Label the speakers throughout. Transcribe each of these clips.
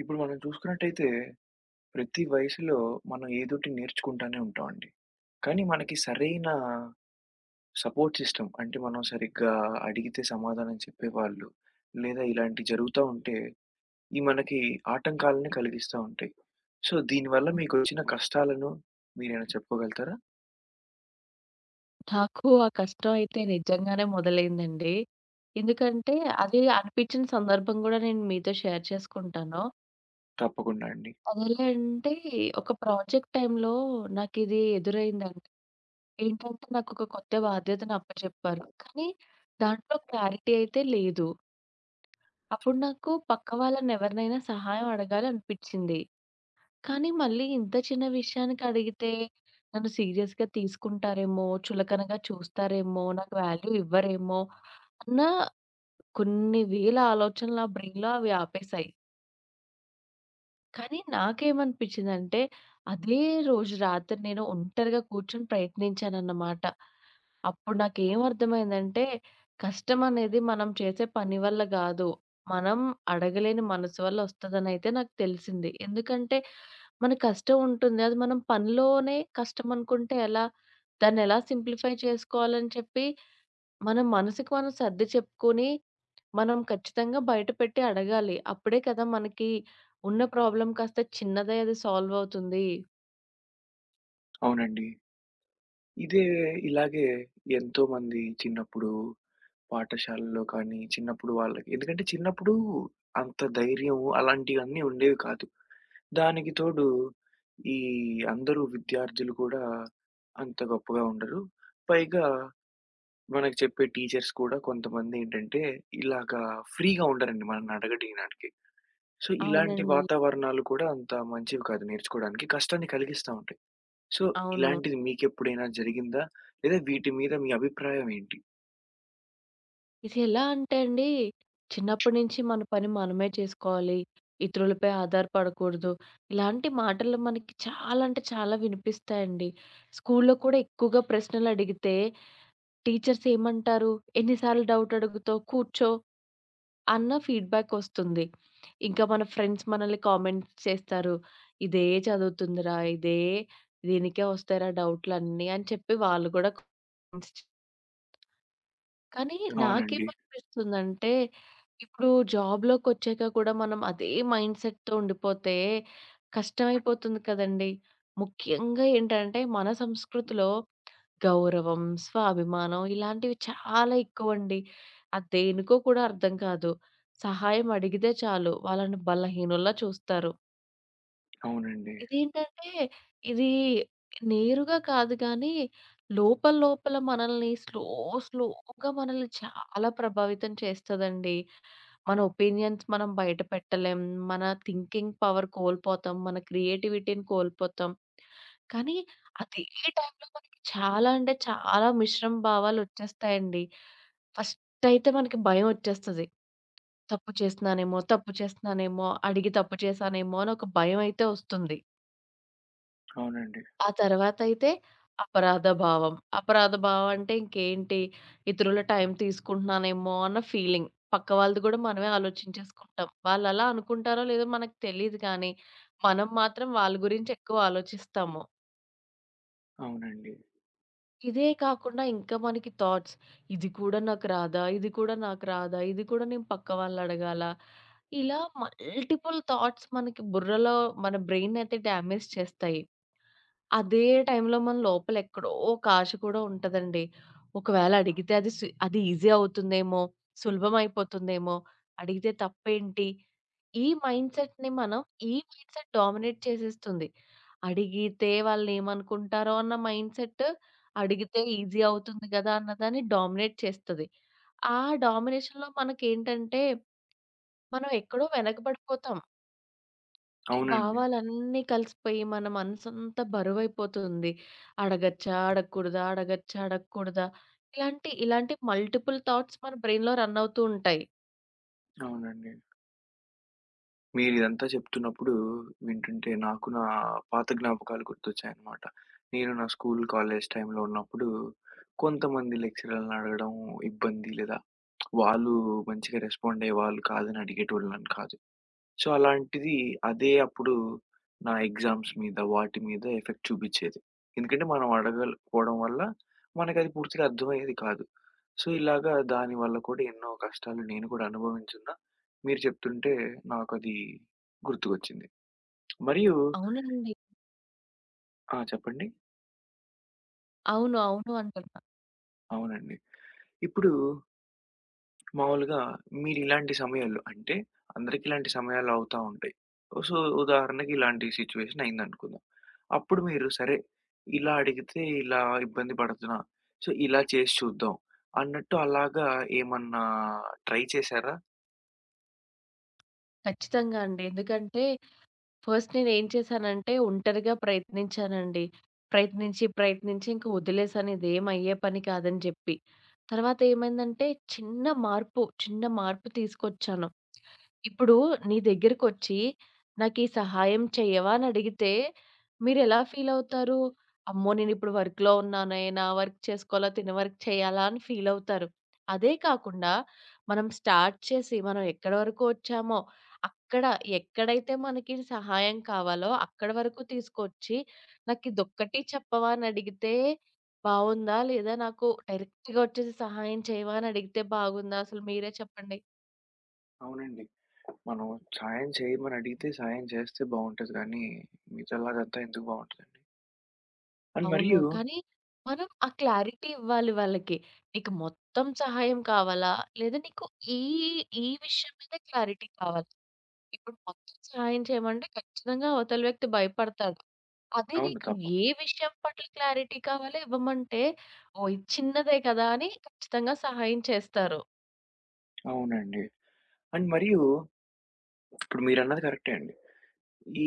Speaker 1: ఇప్పుడు మనం చూసుకున్నట్టయితే, ప్రతి వయసులో మనం ఏదోటి నేర్చుకుంటానే ఉంటామండి. కానీ మనకి సరైన సపోర్ట్ సిస్టమ్ అంటే మనం సరిగ్గా అడిగితే సమాధానం చెప్పేవాళ్ళు, లేదా ఇలాంటివి జరుగుతా ఉంటే, ఇవి మనకి ఆటంకాలను కలిగిస్తా ఉంటాయి. సో, దీనివల్ల మీకొచ్చిన కష్టాలను మీరేమైనా చెప్పుకోగలుగుతారా?
Speaker 2: నాకు ఆ కష్టం అయితే నిజంగానే మొదలైందండి. ఎందుకంటే అది అనిపించిన సందర్భం గూడా నేను మీతో షేర్ చేసుకుంటాను.
Speaker 1: తప్పకుండా అండి.
Speaker 2: అదెలా అంటే ఒక ప్రాజెక్ట్ టైమ్‌లో నాకిది ఎదురైందండి. ఏంటంటే నాకొక కొత్త బాధ్యతను అప్పచెప్పారు. కానీ దాంట్లో క్లారిటీ అయితే లేదు. అప్పుడు నాకు పక్క వాళ్ళని ఎవరినైనా సహాయం అడగాలనిపించింది. కానీ మళ్ళీ ఇంత చిన్న విషయానికడిగితే నన్ను సీరియస్‌గా తీసుకుంటారేమో, చులకనగా చూస్తారేమో, నాకు వాల్యూ ఇవ్వరేమో అన్న కొన్ని వేల ఆలోచనలు నా బ్రెయిన్‌లో అవి ఆపేశాయి. కానీ నాకేమనిపించిందంటే, అదే రోజు రాత్రి నేను ఒంటరిగా కూర్చొని ప్రయత్నించానన్నమాట. అప్పుడు నాకేమర్థమైందంటే, కష్టమనేది మనం చేసే పని వల్ల గాదు. మనం అడగలేని మనసు వల్ల ఒస్తదనైతే నాకు తెలిసింది. ఎందుకంటే, మన కష్టం ఉంటుంది. అది మనం పనిలోనే కష్టమనుకుంటే ఎలా? దాన్నెలా సింప్లిఫై చేసుకోవాలని చెప్పి, మన మనసుకి మనం సర్ది చెప్పుకొని మనం ఖచ్చితంగా బయట పెట్టి అడగాలి. అప్పుడే కదా మనకి ఉన్న ప్రాబ్లమ్ కాస్త చిన్నదై అది సాల్వ్ అవుతుంది.
Speaker 1: అవునండి. ఇదే ఇలాగే ఎంతోమంది చిన్నప్పుడు పాఠశాలలో కానీ, చిన్నప్పుడు వాళ్ళకి ఎందుకంటే చిన్నప్పుడు అంత ధైర్యం అలాంటియన్నీ ఉండేవి కాదు. దానికి తోడు ఈ అందరూ విద్యార్థులు కూడా అంత గొప్పగా ఉండరు. పైగా మనకు చెప్పే టీచర్స్ కూడా కొంతమందేంటంటే ఇలాగా ఫ్రీగా ఉండరండి మనల్ని అడగటియడానికి. సో, ఇలాంటి
Speaker 2: అవునండి.
Speaker 1: వాతావరణాలు కూడా అంత మంచివి కాదు నేర్చుకోవడానికి. కష్టాన్ని కలిగిస్తా ఉంటాయి. సో,
Speaker 2: అవును.
Speaker 1: ఇలాంటిది మీకెప్పుడైనా జరిగిందా? లేదా వీటి మీద మీ అభిప్రాయం ఏంటి?
Speaker 2: ఇది ఎలా అంటే అండి, చిన్నప్పటి నుంచి మన పని మనమే చేసుకోవాలి. ఇతరులపై ఆధారపడకూడదు. ఇలాంటి మాటలు మనకి చాలా అంటే చాలా వినిపిస్తాయండి. స్కూల్‌లో కూడా ఎక్కువగా ప్రశ్నలు అడిగితే టీచర్స్ ఏమంటారు? ఎన్ని సార్లు డౌట్ అడుగుతావు? కూర్చో. అన్న ఫీడ్‌బ్యాకొస్తుంది. ఇంకా మన ఫ్రెండ్స్ మనల్ని కామెంట్స్ చేస్తారు. ఇదే చదువుతుందిరా, ఇదే దీనికే వస్తాయిరా డౌట్‌లన్నీ అని చెప్పి వాళ్ళు గూడా కామెంట్స్ చే కానీ
Speaker 1: అవునండి.
Speaker 2: నాకేమనిపిస్తుందంటే, ఇప్పుడు జాబ్‌లోకొచ్చాక కూడా మనం అదే మైండ్‌సెట్‌తో ఉండిపోతే కష్టమైపోతుంది కదండీ! ముఖ్యంగా ఏంటంటే, మన సంస్కృతిలో గౌరవం, స్వాభిమానం ఇలాంటివి చాలా ఎక్కువండి. అది దేనికో కూడా అర్థం కాదు. సహాయం అడిగితే చాలు వాళ్ళని బలహీనుల్లా చూస్తారు.
Speaker 1: అవునండి.
Speaker 2: ఇదేంటంటే, ఇది నేరుగా కాదు గానీ, లోపల లోపల మనల్ని స్లోగా మనల్ని చాలా ప్రభావితం చేస్తదండి. మన ఒపీనియన్స్ మనం బయట పెట్టలేం. మన థింకింగ్ పవర్ కోల్పోతాం. మన క్రియేటివిటీని కోల్పోతాం. కానీ అదే టైంలో మనకి చాలా అంటే చాలా మిశ్రమ భావాలొచ్చేస్తాయండి. ఫస్ట్ అయితే మనకి భయమొచ్చేస్తది. తప్పు చేస్తున్నానేమో, అడిగి తప్పు చేశానేమో అని ఒక భయమైతే వస్తుంది.
Speaker 1: అవునండి.
Speaker 2: ఆ తర్వాతయితే అపరాధ భావం. అపరాధ భావం అంటే ఇంకేంటి, ఇతరుల టైం తీసుకుంటున్నానేమో అన్న ఫీలింగ్. పక్క వాళ్ళది గూడా మనమే ఆలోచించేసుకుంటాం. వాళ్ళలా అనుకుంటారో లేదో మనకు తెలీదు కానీ, మనం మాత్రం వాళ్ళ గురించి ఎక్కువ ఆలోచిస్తాము.
Speaker 1: అవునండి.
Speaker 2: ఇదే కాకుండా ఇంకా మనకి థాట్స్, ఇది కూడా నాకు రాదా? ఇది కూడా నాకు రాదా? ఇది కూడా నేను పక్క వాళ్ళడగాల? ఇలా మల్టిపుల్ థాట్స్ మనకి బుర్రలో మన బ్రెయిన్ అయితే డ్యామేజ్ చేస్తాయి. అదే టైంలో మన లోపల ఎక్కడో ఒక ఆశ కూడా ఉంటదండి. ఒకవేళ అడిగితే అది ఈజీ అవుతుందేమో, సులభం అయిపోతుందేమో, అడిగితే తప్పేంటి? ఈ మైండ్‌సెట్‌ని మనం ఈ మైండ్‌సెట్ డామినేట్ చేసేస్తుంది. అడిగితే వాళ్ళేమనుకుంటారో అన్న మైండ్‌సెట్, అడిగితే ఈజీ అవుతుంది గదా! అన్నదాన్ని డామినేట్ చేస్తది. ఆ డామినేషన్‌లో మనకేంటంటే, మనం ఎక్కడో వెనకబడిపోతాం. ఈ
Speaker 1: అవునండి.
Speaker 2: భావాలన్నీ కలిసిపోయి మన మనసంతా బరువైపోతుంది. అడగచ్చా? అడగకూడదా? అడగచ్చా? అడగకూడదా? ఇలాంటి ఇలాంటి మల్టిపుల్ థాట్స్ మన బ్రెయిన్‌లో రన్ అవుతూ ఉంటాయి.
Speaker 1: అవునండి. మీరిదంతా చెప్తున్నప్పుడు వింటుంటే నాకు నా పాత జ్ఞాపకాలు గుర్తొచ్చాయన్నమాట. నేను నా స్కూల్, కాలేజ్ టైమ్‌లో ఉన్నప్పుడు కొంతమంది లెక్చరర్‌లని అడగడం ఇబ్బంది లేదా వాళ్ళు మంచిగా రెస్పాండ్ అయ్యేవాళ్ళు కాదని అడిగేటోళ్ళని కాదు. సో, అలాంటిది అదే అప్పుడు నా ఎగ్జామ్స్ మీద, వాటి మీద ఎఫెక్ట్ చూపిచ్చేది. ఎందుకంటే మనం అడగకపోవడం వల్ల మనకది పూర్తిగా అర్థమయ్యేది కాదు. సో, ఇలాగా దాని వల్ల కూడా ఎన్నో కష్టాలు నేను కూడా అనుభవించున్నా. మీరు చెప్తుంటే నాకది గుర్తుకొచ్చింది. మరియు
Speaker 2: అవునండి.
Speaker 1: ఆ! చెప్పండి?
Speaker 2: అవును. అవును అంటున్నా.
Speaker 1: అవునండి. ఇప్పుడు మామూలుగా మీరిలాంటి సమయాల్లో అంటే అందరికి ఇలాంటి సమయాలు అవుతా ఉంటాయి. సో, ఉదాహరణకి ఇలాంటి సిట్యుయేషన్ అయిందనుకుందాం. అప్పుడు మీరు సరే ఇలా అడిగితే ఇలా ఇబ్బంది పడుతున్నా, సో, ఇలా చేసి చూద్దాం అన్నట్టు అలాగా ఏమన్నా ట్రై చేశారా?
Speaker 2: ఖచ్చితంగా అండి. ఎందుకంటే ఫస్ట్ నేనేం చేశానంటే ఒంటరిగా ప్రయత్నించానండి. ప్రయత్నించి, ప్రయత్నించి ఇంక వదిలేసాను ఇదేం అయ్యే పని కాదని జెప్పి. తర్వాత ఏమైందంటే చిన్న మార్పు, చిన్న మార్పు తీసుకొచ్చాను. ఇప్పుడు నీ దగ్గరకొచ్చి, "నాకీ సహాయం చెయ్యవా?" అని అడిగితే మీరెలా ఫీలవుతారు? అమ్మో! నేనిప్పుడు వర్క్‌లో ఉన్నానే, నా వర్క్ చేసుకోవాలా, తిన వర్క్ చేయాలా అని ఫీలవుతారు. అదే కాకుండా మనం స్టార్ట్ చేసి, మనం ఎక్కడి వరకు వచ్చామో, అక్కడ ఎక్కడైతే మనకి సహాయం కావాలో అక్కడి వరకు తీసుకొచ్చి, "నాకిదొక్కటి చెప్పవా?" అని అడిగితే బావుందా? లేదా నాకు డైరెక్ట్‌గా వచ్చేసి సహాయం చేయవా? అని అడిగితే బాగుందా? అసలు మీరే చెప్పండి.
Speaker 1: అవునండి. మనం సాయం చేయమని అడిగితే సాయం చేస్తే బావుంటది గానీ, మిగతాలాగంతా ఎందుకు బావుంటదండి. అండ్
Speaker 2: అవును.
Speaker 1: మరియు
Speaker 2: కానీ మనం ఆ క్లారిటీ ఇవ్వాలి వాళ్ళకి. నీకు మొత్తం సహాయం కావాలా? లేదా నీకు ఈ, ఈ విషయం మీద క్లారిటీ కావాలి. ఇప్పుడు మొత్తం సహాయం చేయమంటే ఖచ్చితంగా అవతల వ్యక్తి భయపడతాడు. అదే
Speaker 1: అవును.
Speaker 2: నీకు
Speaker 1: తప్ప
Speaker 2: ఏ విషయం పట్ల క్లారిటీ కావాలో ఇవ్వమంటే, ఓహ్! ఇది చిన్నదే కదా! అని ఖచ్చితంగా సహాయం చేస్తారు.
Speaker 1: అవునండి. అండ్ మరియు ఇప్పుడు మీరన్నది కరెక్టే అండి.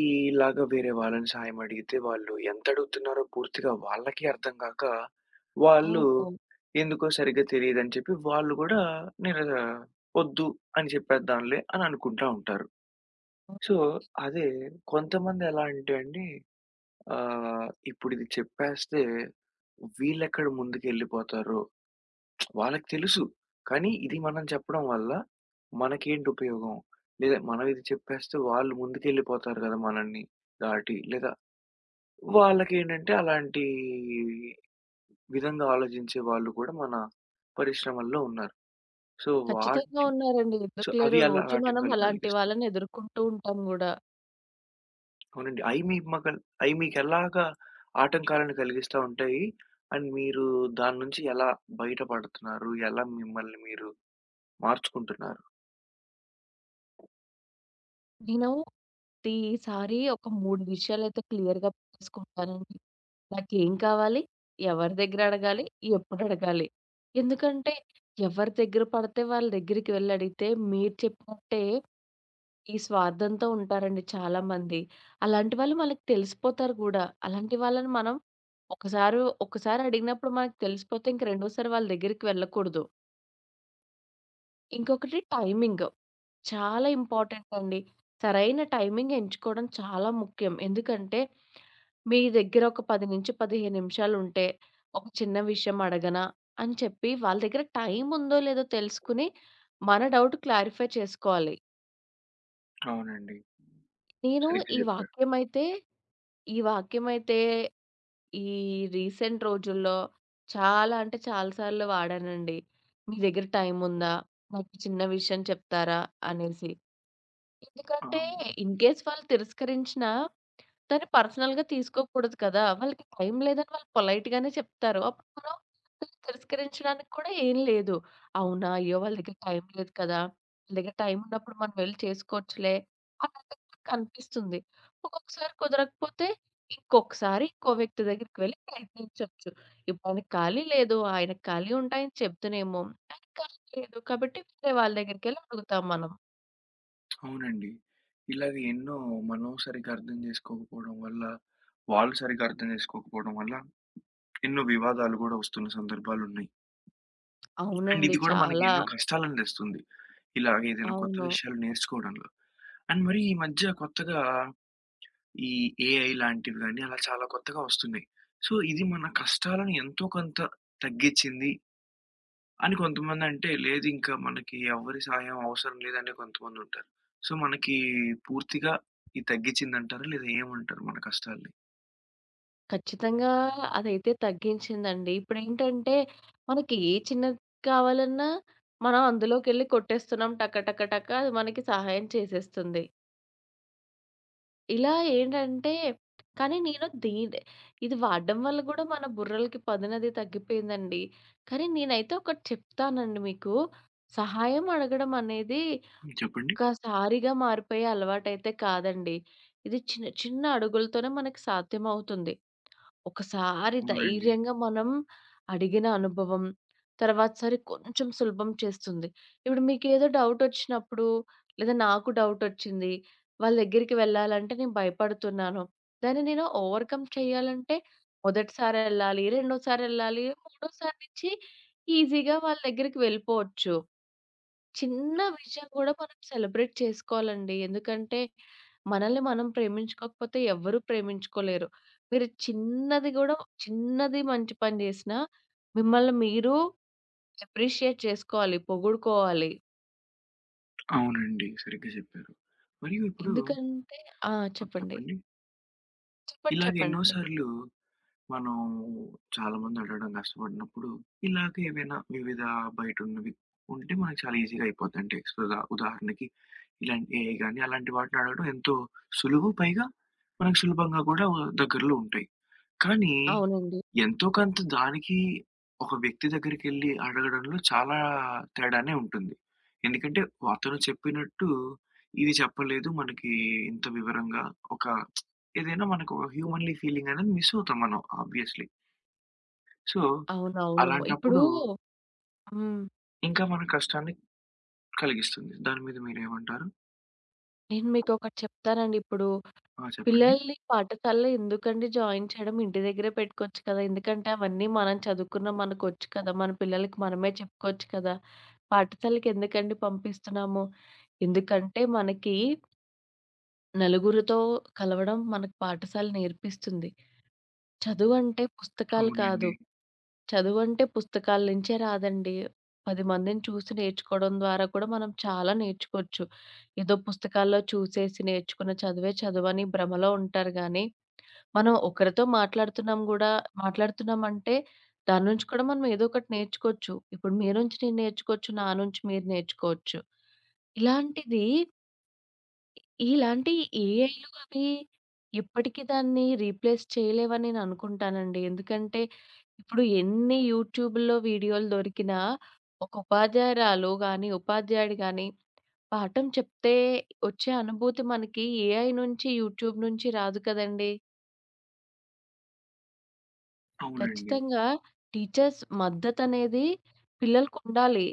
Speaker 1: ఈ ఇలాగ వేరే వాళ్ళని సాయం అడిగితే వాళ్ళు ఎంత అడుగుతున్నారో పూర్తిగా వాళ్ళకి అర్థం కాక, వాళ్ళు
Speaker 2: అవును.
Speaker 1: ఎందుకో సరిగ్గా తెలీదని చెప్పి వాళ్ళు గూడా నిర వద్దు అని చెప్పేద్దాంలే అని అనుకుంటా ఉంటారు.
Speaker 2: అవును.
Speaker 1: సో, అదే కొంతమంది ఎలా అంటే అండి ఆహ్, ఇప్పుడు ఇది చెప్పేస్తే వీళ్ళెక్కడ ముందుకెళ్ళిపోతారో వాళ్ళకి తెలుసు. కానీ ఇది మనం చెప్పడం వల్ల మనకేంటి ఉపయోగం? లేదా మనం ఇది చెప్పేస్తే వాళ్ళు ముందుకెళ్ళిపోతారు కదా! మనల్ని దాటి. లేదా వాళ్ళకేంటంటే అలాంటి విధంగా ఆలోచించే వాళ్ళు కూడా మన పరిశ్రమల్లో ఉన్నారు. సో,
Speaker 2: ఖచ్చితంగా
Speaker 1: వాటి
Speaker 2: ఉన్నారండి.
Speaker 1: సో,
Speaker 2: ఎందుకు లేరు?
Speaker 1: అవి అలా
Speaker 2: రోజు మనం
Speaker 1: ఆటంకాలు
Speaker 2: అలాంటి
Speaker 1: కలిగిస్తాయి.
Speaker 2: వాళ్ళని ఎదుర్కొంటూ ఉంటాం గూడా.
Speaker 1: అవునండి. అయి మీ మకల్ అయి మీకెలాగా ఆటంకాలను కలిగిస్తా ఉంటాయి? అండ్ మీరు దాని నుంచి ఎలా బయటపడుతున్నారు? ఎలా మిమ్మల్ని మీరు మార్చుకుంటున్నారు?
Speaker 2: నేను ప్రతిసారి ఒక 3 విషయాలైతే క్లియర్‌గా పెట్టేసుకుంటానండి. నాకేం కావాలి? ఎవరి దగ్గర అడగాలి? ఎప్పుడు అడగాలి? ఎందుకంటే ఎవరి దగ్గర పడితే వాళ్ళ దగ్గరికి వెళ్లి అడిగితే మీరు చెప్పినట్టే ఈ స్వార్థంతో ఉంటారండి చాలామంది. అలాంటి వాళ్ళు మనకు తెలిసిపోతారు కూడా. అలాంటి వాళ్ళని మనం ఒకసారి ఒకసారి అడిగినప్పుడు మనకు తెలిసిపోతే ఇంక రెండోసారి వాళ్ళ దగ్గరికి వెళ్ళకూడదు. ఇంకొకటి టైమింగ్. చాలా ఇంపార్టెంట్ అండి. సరైన టైమింగ్ ఎంచుకోవడం చాలా ముఖ్యం. ఎందుకంటే, మీ దగ్గర ఒక 10-15 నిమిషాలుంటే, ఒక చిన్న విషయం అడగనా? అని చెప్పి వాళ్ళ దగ్గర టైమ్ ఉందో లేదో తెలుసుకుని, మన డౌట్ క్లారిఫై చేసుకోవాలి.
Speaker 1: అవునండి.
Speaker 2: నేను
Speaker 1: సరిగ్గా
Speaker 2: ఈ
Speaker 1: చెప్పారు.
Speaker 2: వాక్యమైతే ఈ వాక్యమైతే ఈ రీసెంట్ రోజుల్లో చాలా అంటే చాలా సార్లు వాడానండి. మీ దగ్గర టైముందా? నాకు చిన్న విషయం చెప్తారా? అనేసి.
Speaker 1: ఆ!
Speaker 2: ఎందుకంటే, ఇన్‌కేస్ వాళ్ళు తిరస్కరించినా, దాన్ని పర్సనల్‌గా తీసుకోకూడదు కదా! వాళ్ళకి టైం లేదని వాళ్ళు పొలైట్‌గానే చెప్తారు. అప్పుడు మనం తిరస్కరించడానికి కూడా ఏం లేదు. అవునా! అయ్యో! వాళ్ళ దగ్గర టైం లేదు కదా! వాళ్ళ దగ్గర టైం ఉన్నప్పుడు మనం వెళ్లి చేసుకోవచ్చులే అన్నట్టు కనిపిస్తుంది. ఒక్కొక్కసారి కుదరకపోతే, ఇంకొకసారి ఇంకో వ్యక్తి దగ్గరికి వెళ్లి ప్రయత్నించొచ్చు. ఇప్పుడు ఆయనకి ఖాళీ లేదు. ఆయనకి ఖాళీ ఉంటే ఆయన చెప్తునేమో, ఆయనకి ఖాళీ లేదు. కాబట్టి వేరే వాళ్ళ దగ్గరికెళ్లి అడుగుతాం మనం.
Speaker 1: అవునండి. ఇలాగ ఎన్నో మనం సరిగ్గా అర్థం చేసుకోకపోవడం వల్ల, వాళ్ళు సరిగ్గా అర్థం చేసుకోకపోవడం వల్ల ఎన్నో వివాదాలు గూడా వస్తున్న సందర్భాలున్నాయి. అండ్
Speaker 2: అవునండి.
Speaker 1: ఇది గూడా మనకి
Speaker 2: చాలా
Speaker 1: ఎన్నో కష్టాలను తెస్తుంది. ఇలాగ ఏదైనా కొత్త
Speaker 2: అవును.
Speaker 1: విషయాలు నేర్చుకోవడంలో. అండ్ మరి ఈ మధ్య కొత్తగా ఈ ఏఐ లాంటివి గాని, అలా చాలా కొత్తగా వస్తున్నాయి. సో, ఇది మన కష్టాలను ఎంతో కొంత తగ్గించింది అని కొంతమందంటే, లేదింకా మనకి ఎవ్వరి సహాయం అవసరం లేదనే కొంతమందుంటారు. సో, మనకి పూర్తిగా ఇది తగ్గించిందంటారా? లేదా ఏమంటారు మన కష్టాల్ని?
Speaker 2: ఖచ్చితంగా అదైతే తగ్గించిందండి. ఇప్పుడేంటంటే, మనకి ఏ చిన్నది కావాలన్నా, మనం అందులోకెళ్ళి కొట్టేస్తున్నాం టక టక టక అది మనకి సహాయం చేసేస్తుంది. ఇలా ఏంటంటే కానీ నేను ఇది వాడడం వల్ల గూడా మన బుర్రలకి పదునది తగ్గిపోయిందండి. కానీ నేనైతే ఒకటి చెప్తానండి మీకు. సహాయం అడగడం అనేది
Speaker 1: హ్మ్. చెప్పండి.
Speaker 2: ఒక్కసారిగా మారిపోయే అలవాటైతే కాదండి. ఇది చిన్న చిన్న అడుగులతోనే మనకి సాధ్యమవుతుంది. ఒకసారి
Speaker 1: అవునండి.
Speaker 2: ధైర్యంగా మనం అడిగిన అనుభవం, తర్వాతసారి కొంచెం సులభం చేస్తుంది. ఇప్పుడు మీకేదో డౌటొచ్చినప్పుడు, లేదా నాకు డౌటొచ్చింది, వాళ్ళ దగ్గరికి వెళ్ళాలంటే నేను భయపడుతున్నాను. దాన్ని నేను ఓవర్‌కమ్ చేయాలంటే మొదటిసారెళ్ళాలి, రెండోసారెళ్ళాలి, మూడోసారి నుంచి ఈజీగా వాళ్ళ దగ్గరికి వెళ్ళిపోవచ్చు. చిన్న విషయం గూడా మనం సెలబ్రేట్ చేసుకోవాలండి. ఎందుకంటే, మనల్ని మనం ప్రేమించుకోకపోతే ఎవ్వరూ ప్రేమించుకోలేరు. మీరు చిన్నది మంచి పని జేసినా, మిమ్మల్ని మీరు అప్రిషియేట్ చేసుకోవాలి. పొగుడుకోవాలి.
Speaker 1: అవునండి. సరిగ్గా చెప్పారు. మరియు ఇప్పుడు
Speaker 2: ఎందుకంటే ఆ!
Speaker 1: ఆ!
Speaker 2: చెప్పండి.
Speaker 1: చెప్పండి.
Speaker 2: చెప్పండి.
Speaker 1: ఇలాగ ఎన్నో
Speaker 2: చెప్పండి.
Speaker 1: సార్లు మనం చాలామంది అడగడం కష్టపడినప్పుడు, ఇలాగ ఏవైనా వివిధ బయటున్నవి ఉంటే మనకు చాలా ఈజీగా అయిపోద్ది. అంటే ఎక్స్‌పదా ఉదాహరణకి ఇలాంటి ఏఐ గాని అలాంటి వాటిని అడగడం ఎంతో సులువు. పైగా మనకు సులభంగా కూడా దగ్గరలో ఉంటాయి. కానీ,
Speaker 2: అవునండి.
Speaker 1: ఎంతో కొంత దానికి ఒక వ్యక్తి దగ్గరికెళ్లి అడగడంలో చాలా తేడానే ఉంటుంది. ఎందుకంటే అతను చెప్పినట్టు ఇది చెప్పలేదు మనకి ఇంత వివరంగా. ఒక ఏదైనా మనకు ఒక హ్యూమన్‌లీ ఫీలింగ్ అనేది మిస్ అవుతాం మనం ఆబ్వియస్‌లీ. సో,
Speaker 2: అవునవును. ఇప్పుడు
Speaker 1: అలాంటప్పుడు
Speaker 2: హ్మ్.
Speaker 1: ఇంకా మన కష్టాన్ని కలిగిస్తుంది. దాని మీద మీరేమంటారు?
Speaker 2: నేను మీకొకటి చెప్తానండి ఇప్పుడు
Speaker 1: ఆ! చెప్పండి.
Speaker 2: పిల్లల్ని పాఠశాలలో ఎందుకండి జాయిన్ చేయడం? ఇంటి దగ్గరే పెట్టుకోవచ్చు కదా! ఎందుకంటే అవన్నీ మనం చదువుకున్నాం మనకొచ్చు కదా! మన పిల్లలకి మనమే చెప్పుకోవచ్చు కదా! పాఠశాలకి ఎందుకండి పంపిస్తున్నాము? ఎందుకంటే మనకి నలుగురితో కలవడం మనకు పాఠశాల నేర్పిస్తుంది. చదువంటే పుస్తకాలు కాదు.
Speaker 1: అవునండి.
Speaker 2: చదువంటే పుస్తకాల నుంచే రాదండి. 10 మందిని చూసి నేర్చుకోవడం ద్వారా కూడా మనం చాలా నేర్చుకోవచ్చు. ఏదో పుస్తకాల్లో చూసేసి నేర్చుకున్న చదువే చదువని భ్రమలో ఉంటారు గానీ, మనం ఒకరితో మాట్లాడుతున్నాం గూడా మాట్లాడుతున్నామంటే దాని నుంచి కూడా మనం ఏదో ఒకటి నేర్చుకోవచ్చు. ఇప్పుడు మీ నుంచి నేను నేర్చుకోవచ్చు. నా నుంచి మీరు నేర్చుకోవచ్చు. ఇలాంటిది ఇలాంటి ఏఐలు అవి ఇప్పటికి దాన్ని రీప్లేస్ చేయలేవని నేను అనుకుంటానండి. ఎందుకంటే ఇప్పుడు ఎన్ని యూట్యూబ్‌లో వీడియోలు దొరికినా ఒక ఉపాధ్యాయురాలు గాని, ఉపాధ్యాయుడు గాని పాఠం చెప్తే వచ్చే అనుభూతి మనకి ఏఐ నుంచి, యూట్యూబ్ నుంచి రాదు కదండీ!
Speaker 1: అవునండి.
Speaker 2: ఖచ్చితంగా టీచర్స్ మద్దతనేది పిల్లలకుండాలి.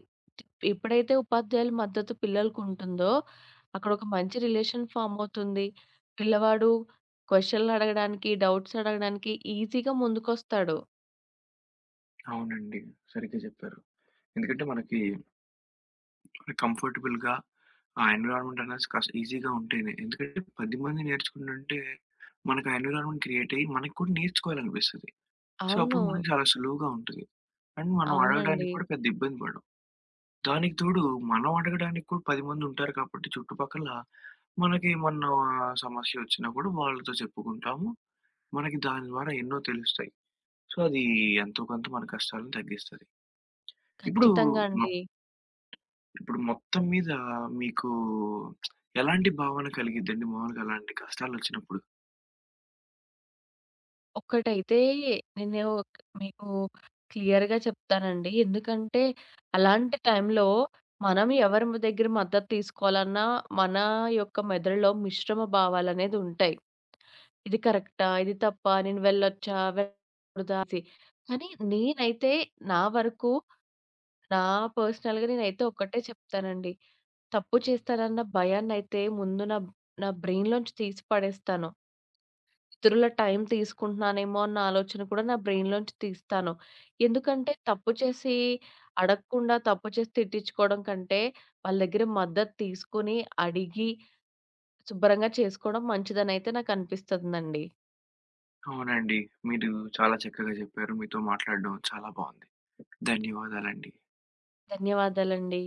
Speaker 2: ఎప్పుడైతే ఉపాధ్యాయుల మద్దతు పిల్లలకుంటుందో, అక్కడొక మంచి రిలేషన్ ఫార్మ్ అవుతుంది. పిల్లవాడు క్వెషన్‌లడగడానికి, డౌట్స్ అడగడానికి ఈజీగా ముందుకొస్తాడు.
Speaker 1: అవునండి. సరిగ్గా చెప్పారు. ఎందుకంటే మనకి కంఫర్టబుల్‌గా ఆ ఎన్విరాన్మెంట్ అనేది కాస్త ఈజీగా ఉంటేనే. ఎందుకంటే 10 మంది నేర్చుకుంటుంటే మనకు ఆ ఎన్విరాన్మెంట్ క్రియేట్ అయ్యి మనకు కూడా నేర్చుకోవాలనిపిస్తది. సో,
Speaker 2: అవును.
Speaker 1: అప్పుడు మనకు చాలా సులువుగా ఉంటది. అండ్ మనం
Speaker 2: అవునండి.
Speaker 1: అడగడానికి కూడా పెద్ద ఇబ్బంది పడం. దానికి తోడు మనం అడగడానికి కూడా 10 మంది ఉంటారు కాబట్టి చుట్టుపక్కల మనకి ఏమన్నా సమస్య వచ్చినా కూడా వాళ్ళతో చెప్పుకుంటాము. మనకి దాని ద్వారా ఎన్నో తెలుస్తాయి. సో, అది ఎంతో కొంత మన కష్టాలను తగ్గిస్తది. ఇప్పుడు
Speaker 2: ఖచ్చితంగా అండి.
Speaker 1: ఇప్పుడు మొత్తం మీద మీకు ఎలాంటి భావన కలిగిద్దండి మామూలుగా అలాంటి కష్టాలొచ్చినప్పుడు?
Speaker 2: ఒక్కటైతే మీకు క్లియర్‌గా చెప్తానండి. ఎందుకంటే, అలాంటి టైంలో మనం ఎవరి మ దగ్గర మద్దతు తీసుకోవాలన్నా, మన యొక్క మెదడులో మిశ్రమ భావాలనేది ఉంటాయి. ఇది కరెక్టా? ఇది తప్పా? నేను వెళ్ళొచ్చా? వెళ్ళకూడదా? అనేసి. కానీ నేనైతే నా వరకు నా పర్సనల్‌గా నేనైతే ఒక్కటే చెప్తానండి. తప్పు చేస్తానన్న భయాన్నైతే ముందు నా నా బ్రెయిన్‌లోంచి తీసి పడేస్తాను. ఇతరుల టైం తీసుకుంటున్నానేమో అన్న ఆలోచన కూడా నా బ్రెయిన్‌లోంచి తీస్తాను. ఎందుకంటే తప్పు చేసి అడగకుండా, తప్పు చేసి తిట్టించుకోవడం కంటే, వాళ్ళ దగ్గర మద్దతు తీసుకొని, అడిగి, శుభ్రంగా చేసుకోవడం మంచిదనైతే నాకనిపిస్తుందండి.
Speaker 1: అవునండి. మీరు చాలా చక్కగా చెప్పారు. మీతో మాట్లాడడం చాలా బావుంది. ధన్యవాదాలండి.
Speaker 2: ధన్యవాదాలండి.